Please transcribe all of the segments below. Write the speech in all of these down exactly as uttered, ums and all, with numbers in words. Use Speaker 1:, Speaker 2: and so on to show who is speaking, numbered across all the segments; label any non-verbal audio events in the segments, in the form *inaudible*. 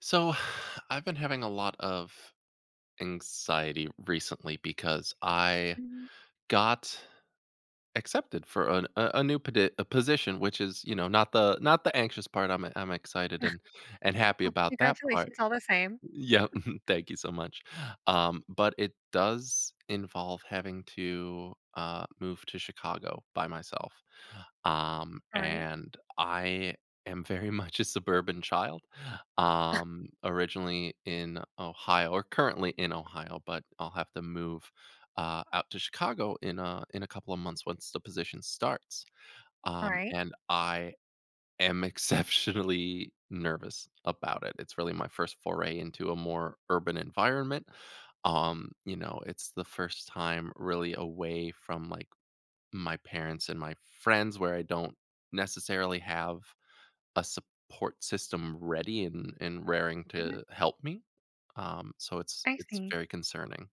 Speaker 1: So, *sighs* I've been having a lot of anxiety recently because I
Speaker 2: Mhm.
Speaker 1: got accepted for an, a, a new podi- a position, which is you know not the not the anxious part. I'm I'm excited and
Speaker 2: *laughs*
Speaker 1: and happy about that part.
Speaker 2: Congratulations all the same.
Speaker 1: Yeah, *laughs* thank you so much. Um, but it does involve having to uh, move to Chicago by myself. Um,
Speaker 2: Alright,
Speaker 1: and I am very *laughs* much a suburban child. Um, originally in Ohio, or currently in Ohio, but I'll have to move uh, out to Chicago in a in a couple of months once the position starts. Um,
Speaker 2: alright.
Speaker 1: and I am exceptionally *laughs* nervous about it. It's really my first foray into a more urban environment. Um, you know, it's the first time really away from like my parents and my friends where I don't necessarily have a support system ready and and raring
Speaker 2: Mhm,
Speaker 1: to help me. Um, so it's
Speaker 2: I
Speaker 1: it's
Speaker 2: see.
Speaker 1: very concerning.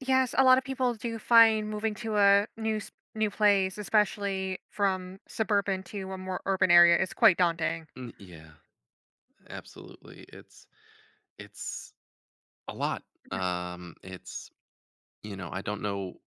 Speaker 2: Yes, a lot of people do find moving to a new s new place, especially from suburban to a more urban area is quite daunting.
Speaker 1: Mm, yeah, absolutely. It's it's a lot.
Speaker 2: Mhm,
Speaker 1: Um, it's, you know, I don't know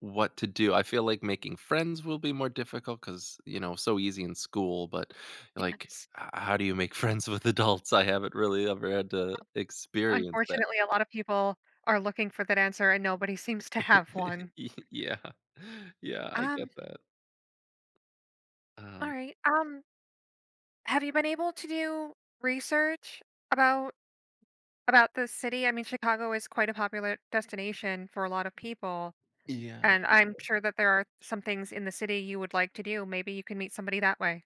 Speaker 1: what to do. I feel like making friends will be more difficult because, you know, so easy in school, but like,
Speaker 2: yes.
Speaker 1: h- how do you make *laughs* friends with adults? I haven't really ever had to experience that.
Speaker 2: Unfortunately, a lot of people are looking for that answer and nobody seems to have one.
Speaker 1: Y- Yeah. *laughs* Yeah, I
Speaker 2: Um,
Speaker 1: get that. Um,
Speaker 2: alright, um, have you been able to do research about about the city? I mean, Chicago is quite a popular destination for a lot of people.
Speaker 1: yeah.
Speaker 2: And I'm sure that there are some things in the city you would like to do. Maybe you can meet somebody that way.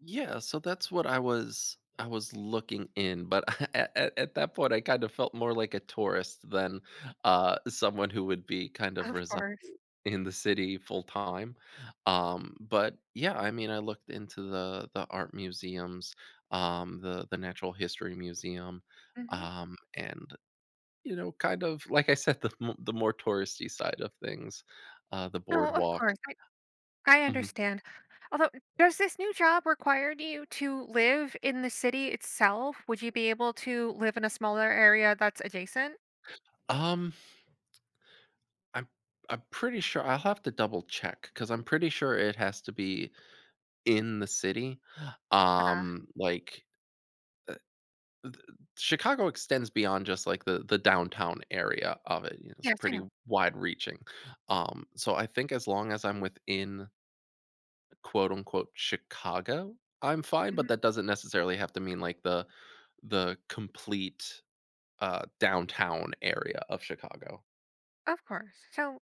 Speaker 1: Yeah. So that's what I was. I was looking in, but *laughs* at, at, at that point, I kind of felt more like a tourist than uh, someone who would be kind of
Speaker 2: Of
Speaker 1: resigned
Speaker 2: course.
Speaker 1: in the city full time. Um, but yeah, I mean, I looked into the the art museums, um, the the Natural History Museum,
Speaker 2: Mhm.
Speaker 1: um, and, you know, kind of like I said, *laughs* the mo- the more touristy side of things, uh, the
Speaker 2: No, of
Speaker 1: boardwalk.
Speaker 2: course. I I
Speaker 1: Mhm.
Speaker 2: understand. Although, does this new job require you to live in the city itself? Would you be able to live in a smaller area that's adjacent?
Speaker 1: Um, I'm I'm pretty sure I'll have to double check because I'm pretty sure it has to be in the city.
Speaker 2: Ah,
Speaker 1: Um, like, Chicago extends beyond just like the the downtown area of it. You know, it's
Speaker 2: yes, I know.
Speaker 1: pretty wide reaching. Um, so I think as long as I'm within quote unquote Chicago, I'm fine, but
Speaker 2: Mhm.
Speaker 1: that doesn't necessarily have to mean like the the complete uh downtown area of Chicago.
Speaker 2: Of course. So,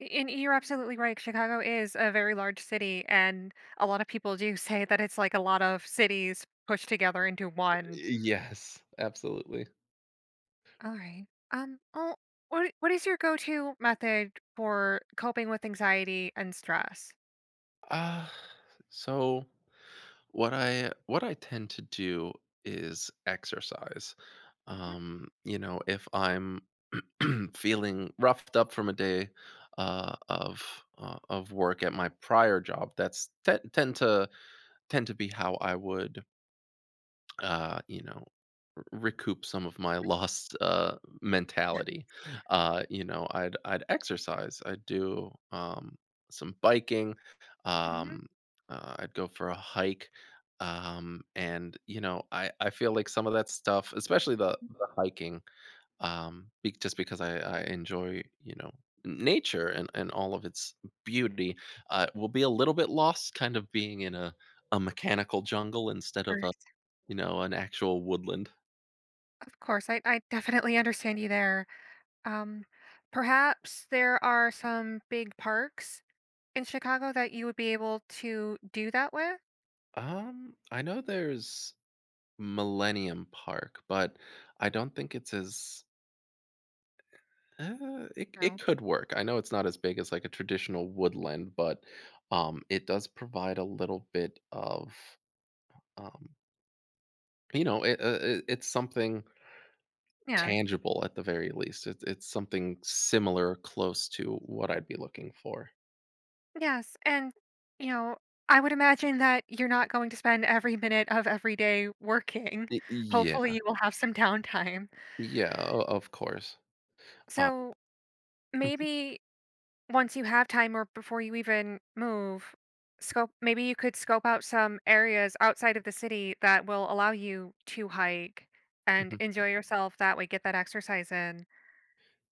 Speaker 2: y- and you're absolutely right. Chicago is a very large city, and a lot of people do *laughs* say that it's like a lot of cities pushed together into one.
Speaker 1: Yes, absolutely.
Speaker 2: All right. Um. Oh, what What is your go to method for coping with anxiety and stress?
Speaker 1: Uh so what I what I tend to do is exercise. Um, you know, if I'm *clears throat* feeling roughed up from a day uh, of uh, of work at my prior job. That's te- tend to tend to be how I would, uh, you know, r- recoup some of my *laughs* lost uh, mentality. Uh, you know, I'd I'd exercise. I'd do, um, some biking.
Speaker 2: Mm-hmm.
Speaker 1: Um, uh, I'd go for a hike. Um, and you know, I I feel like some of that stuff, especially the the hiking, um be- just because i i enjoy, you know, nature and and all of its beauty uh will be a little bit lost, kind of being in a a mechanical jungle instead of
Speaker 2: course,
Speaker 1: a, you know, an actual woodland.
Speaker 2: Of course, I, I definitely understand you there. Um, perhaps there are some big parks in Chicago that you would be able to do that with?
Speaker 1: um I know there's Millennium Park, but I don't think it's as, uh, it,
Speaker 2: No.
Speaker 1: it could work. I know it's not as big as like a traditional woodland, but um, it does provide a little bit of, um, you know, it, uh, it it's something
Speaker 2: Yeah.
Speaker 1: tangible at the very least. It's it's something similar or close to what I'd be looking for.
Speaker 2: Yes, and, you know, I would imagine that you're not going to spend every minute of every day working.
Speaker 1: Y
Speaker 2: Hopefully,
Speaker 1: Yeah.
Speaker 2: you will have some downtime.
Speaker 1: Yeah, o of course. Uh,
Speaker 2: So,
Speaker 1: mhm,
Speaker 2: maybe once you have time or before you even move, scope maybe you could scope out some areas outside of the city that will allow you to hike and
Speaker 1: mhm.
Speaker 2: enjoy yourself that way, get that exercise in,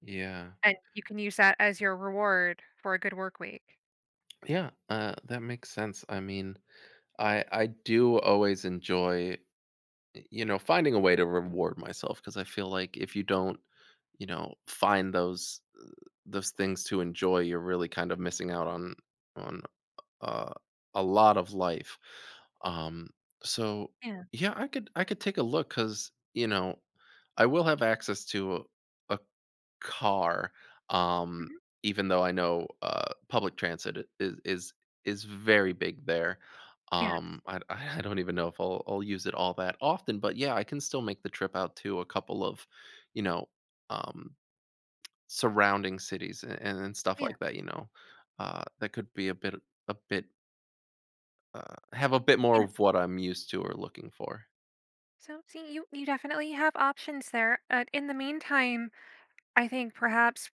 Speaker 1: Yeah.
Speaker 2: and you can use that as your reward for a good work week.
Speaker 1: Yeah, uh, that makes sense. I mean, I I do always enjoy, you know, finding a way to reward myself, because I feel like if you don't, you know, find those those things to enjoy, you're really kind of missing out on on uh, a lot of life. Um, so
Speaker 2: Yeah.
Speaker 1: yeah, I could I could take a look, because you know I will have access to a, a car, um,
Speaker 2: Mhm.
Speaker 1: even though I know uh, public transit i- is is is very big there.
Speaker 2: Yes.
Speaker 1: Um, I I I don't even know if I'll I'll use it all that often, but yeah, I can still make the trip out to a couple of, you know, um, surrounding cities and, and stuff
Speaker 2: Yeah.
Speaker 1: like that. You know, uh, that could be a bit a bit uh, have a bit more
Speaker 2: Yeah.
Speaker 1: of what I'm used to or looking for.
Speaker 2: So see, you you definitely have options there. Uh, in the meantime, I think perhaps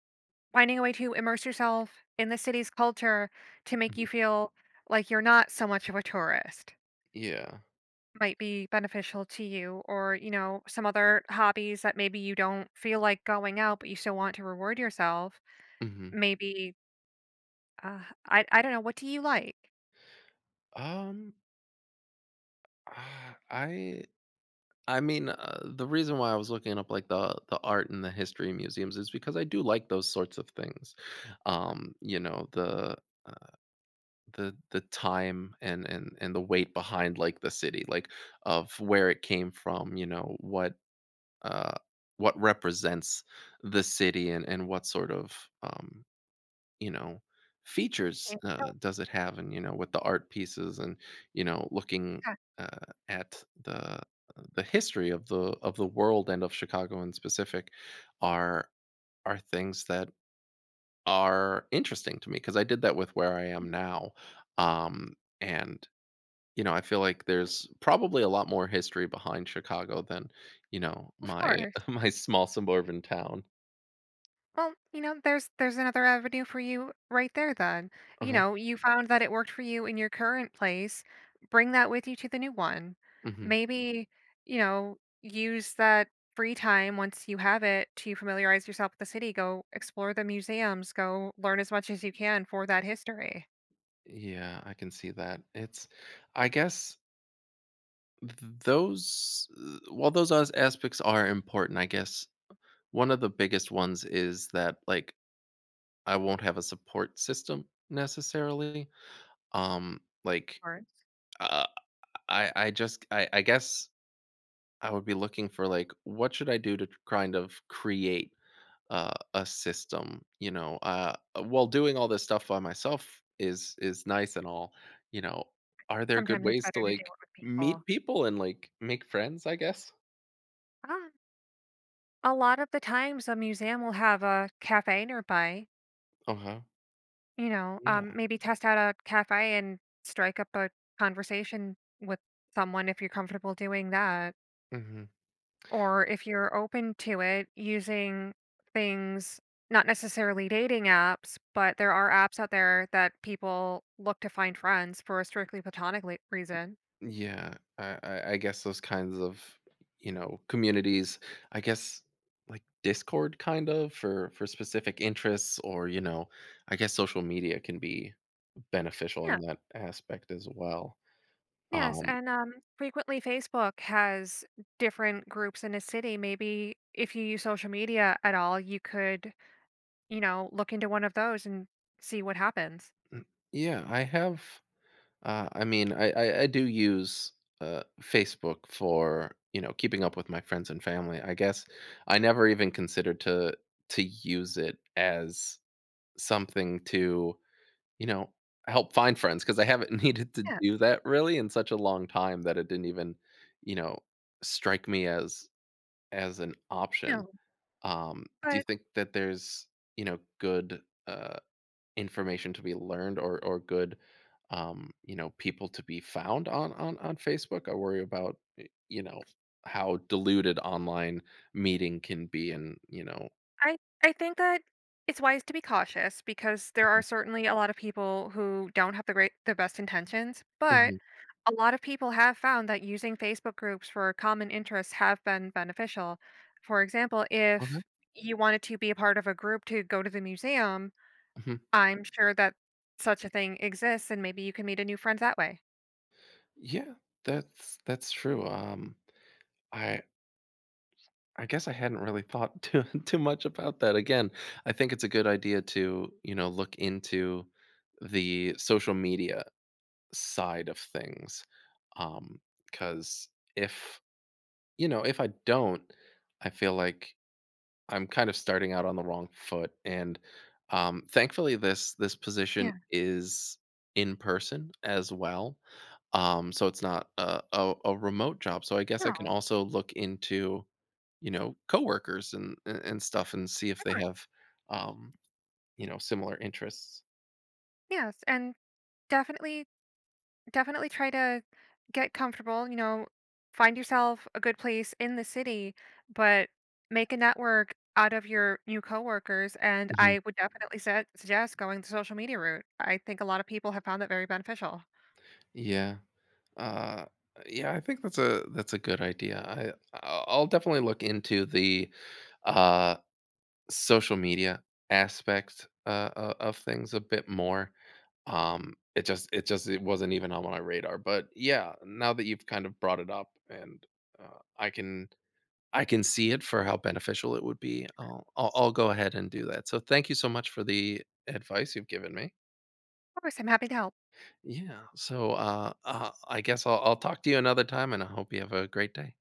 Speaker 2: finding a way to immerse yourself in the city's culture to make
Speaker 1: Mhm.
Speaker 2: you feel like you're not so much of a tourist
Speaker 1: Yeah.
Speaker 2: might be beneficial to you, or you know, some other hobbies that maybe you don't feel like going out but you still want to reward yourself.
Speaker 1: Mhm.
Speaker 2: Maybe, uh, I, I don't know, what do you like?
Speaker 1: Um, ah, I I mean, uh, the reason why I was looking up, like, the the art and the history museums is because I do like those sorts of things. Um, you know, the, uh, the the time and and and the weight behind, like, the city, like, of where it came from, you know, what, uh what represents the city and and what sort of, um, you know, features uh, does it have? And you know, with the art pieces, and you know, looking,
Speaker 2: Yeah,
Speaker 1: uh, at the the history of the of the world and of Chicago in specific, are are things that are interesting to me, because I did that with where I am now, um, and you know, I feel like there's probably a lot more history behind Chicago than, you know,
Speaker 2: of
Speaker 1: my
Speaker 2: course.
Speaker 1: *laughs* my small suburban town.
Speaker 2: Well, you know, there's there's another avenue for you right there then. You
Speaker 1: Okay.
Speaker 2: know, you found that it worked for you in your current place. Bring that with you to the new one.
Speaker 1: Hmm.
Speaker 2: Maybe, you know, use that free time once you have it to familiarize yourself with the city, go explore the museums, go learn as much as you can for that history.
Speaker 1: Yeah, I can see that. It's, I guess, those uh, while those as aspects are important, I guess one of the biggest ones is that, like, I won't have a support system necessarily. Um, like,
Speaker 2: Or
Speaker 1: uh, I I just I I guess I would be looking for, like, what should I do to kind of create, uh, a system, you know? Uh, while doing all this stuff by myself is is nice and all, you know, are there good
Speaker 2: sometimes it's
Speaker 1: ways to,
Speaker 2: better to do
Speaker 1: like,
Speaker 2: it with people.
Speaker 1: meet people and, like, make friends, I guess?
Speaker 2: Um, a lot of the times a museum will have a cafe nearby.
Speaker 1: Uh-huh.
Speaker 2: You know, um,
Speaker 1: Yeah.
Speaker 2: maybe test out a cafe and strike up a conversation with someone if you're comfortable doing that.
Speaker 1: Hmm.
Speaker 2: Or if you're open to it, using things, not necessarily dating apps, but there are apps out there that people look to find friends for a strictly platonic le- reason.
Speaker 1: Yeah, I, I I guess those kinds of, you know, communities. I guess like Discord, kind of for for specific interests, or you know, I guess social media can be beneficial
Speaker 2: Yeah.
Speaker 1: in that aspect as well.
Speaker 2: Yes,
Speaker 1: Um,
Speaker 2: and um, frequently Facebook has different groups in a city. Maybe if you use social media at all, you could, you know, look into one of those and see what happens.
Speaker 1: mm, yeah, I have. Uh, I mean, I, I I do use uh Facebook for, you know, keeping up with my friends and family. I guess I never even considered to to use it as something to, you know, help find friends, because I haven't *laughs* needed to
Speaker 2: Yeah,
Speaker 1: do that really in such a long time that it didn't even, you know, strike me as as an option.
Speaker 2: no,
Speaker 1: Um, do you
Speaker 2: but
Speaker 1: think that there's, you know, good, uh, information to be learned, or or good, um, you know, people to be found on on on Facebook? I worry about, y you know, how diluted online meeting can be, and, you know.
Speaker 2: I I think that it's wise to be cautious because there are
Speaker 1: Mhm.
Speaker 2: certainly a lot of people who don't have the great the best intentions, but
Speaker 1: Mhm.
Speaker 2: a lot of people have found that using Facebook groups for common interests have been beneficial. For example,
Speaker 1: Okay.
Speaker 2: if you wanted to be a part of a group to go to the museum,
Speaker 1: Mhm.
Speaker 2: I'm sure that such a thing exists and maybe you can meet a new friend that way.
Speaker 1: Yeah. That's that's true. Um, I I guess I hadn't really thought too *laughs* too much about that. Again, I think it's a good idea to, you know, look into the social media side of things. Um, because if, you know, if I don't, I feel like I'm kind of starting out on the wrong foot. And um, thankfully this this
Speaker 2: Yeah.
Speaker 1: position is in person as well. Um, so it's not a, a a remote job. So I guess I
Speaker 2: No,
Speaker 1: can also look into, you know, coworkers and and and stuff and see if they
Speaker 2: sure.
Speaker 1: have, um, you know, similar interests.
Speaker 2: Yes, and definitely definitely try to get comfortable, you know, find yourself a good place in the city, but make a network out of your new coworkers. And
Speaker 1: Mhm.
Speaker 2: I would definitely set, suggest going the social media route. I think a lot of people have found that very beneficial.
Speaker 1: Yeah. Uh, yeah, I think that's a that's a good idea. I I'll I'll definitely look into the uh, social media aspect uh, o- of things a bit more. Um, it just it just it wasn't even on my radar, but yeah, now that you've kind of brought it up, and uh, I can I can see it for how beneficial it would be. I'll I'll I'll go ahead and do that. So thank you so much for the advice you've given me.
Speaker 2: Of course, I'm happy to help.
Speaker 1: Yeah. So, uh, uh, I guess I'll I'll talk to you another time, and I hope you have a great day.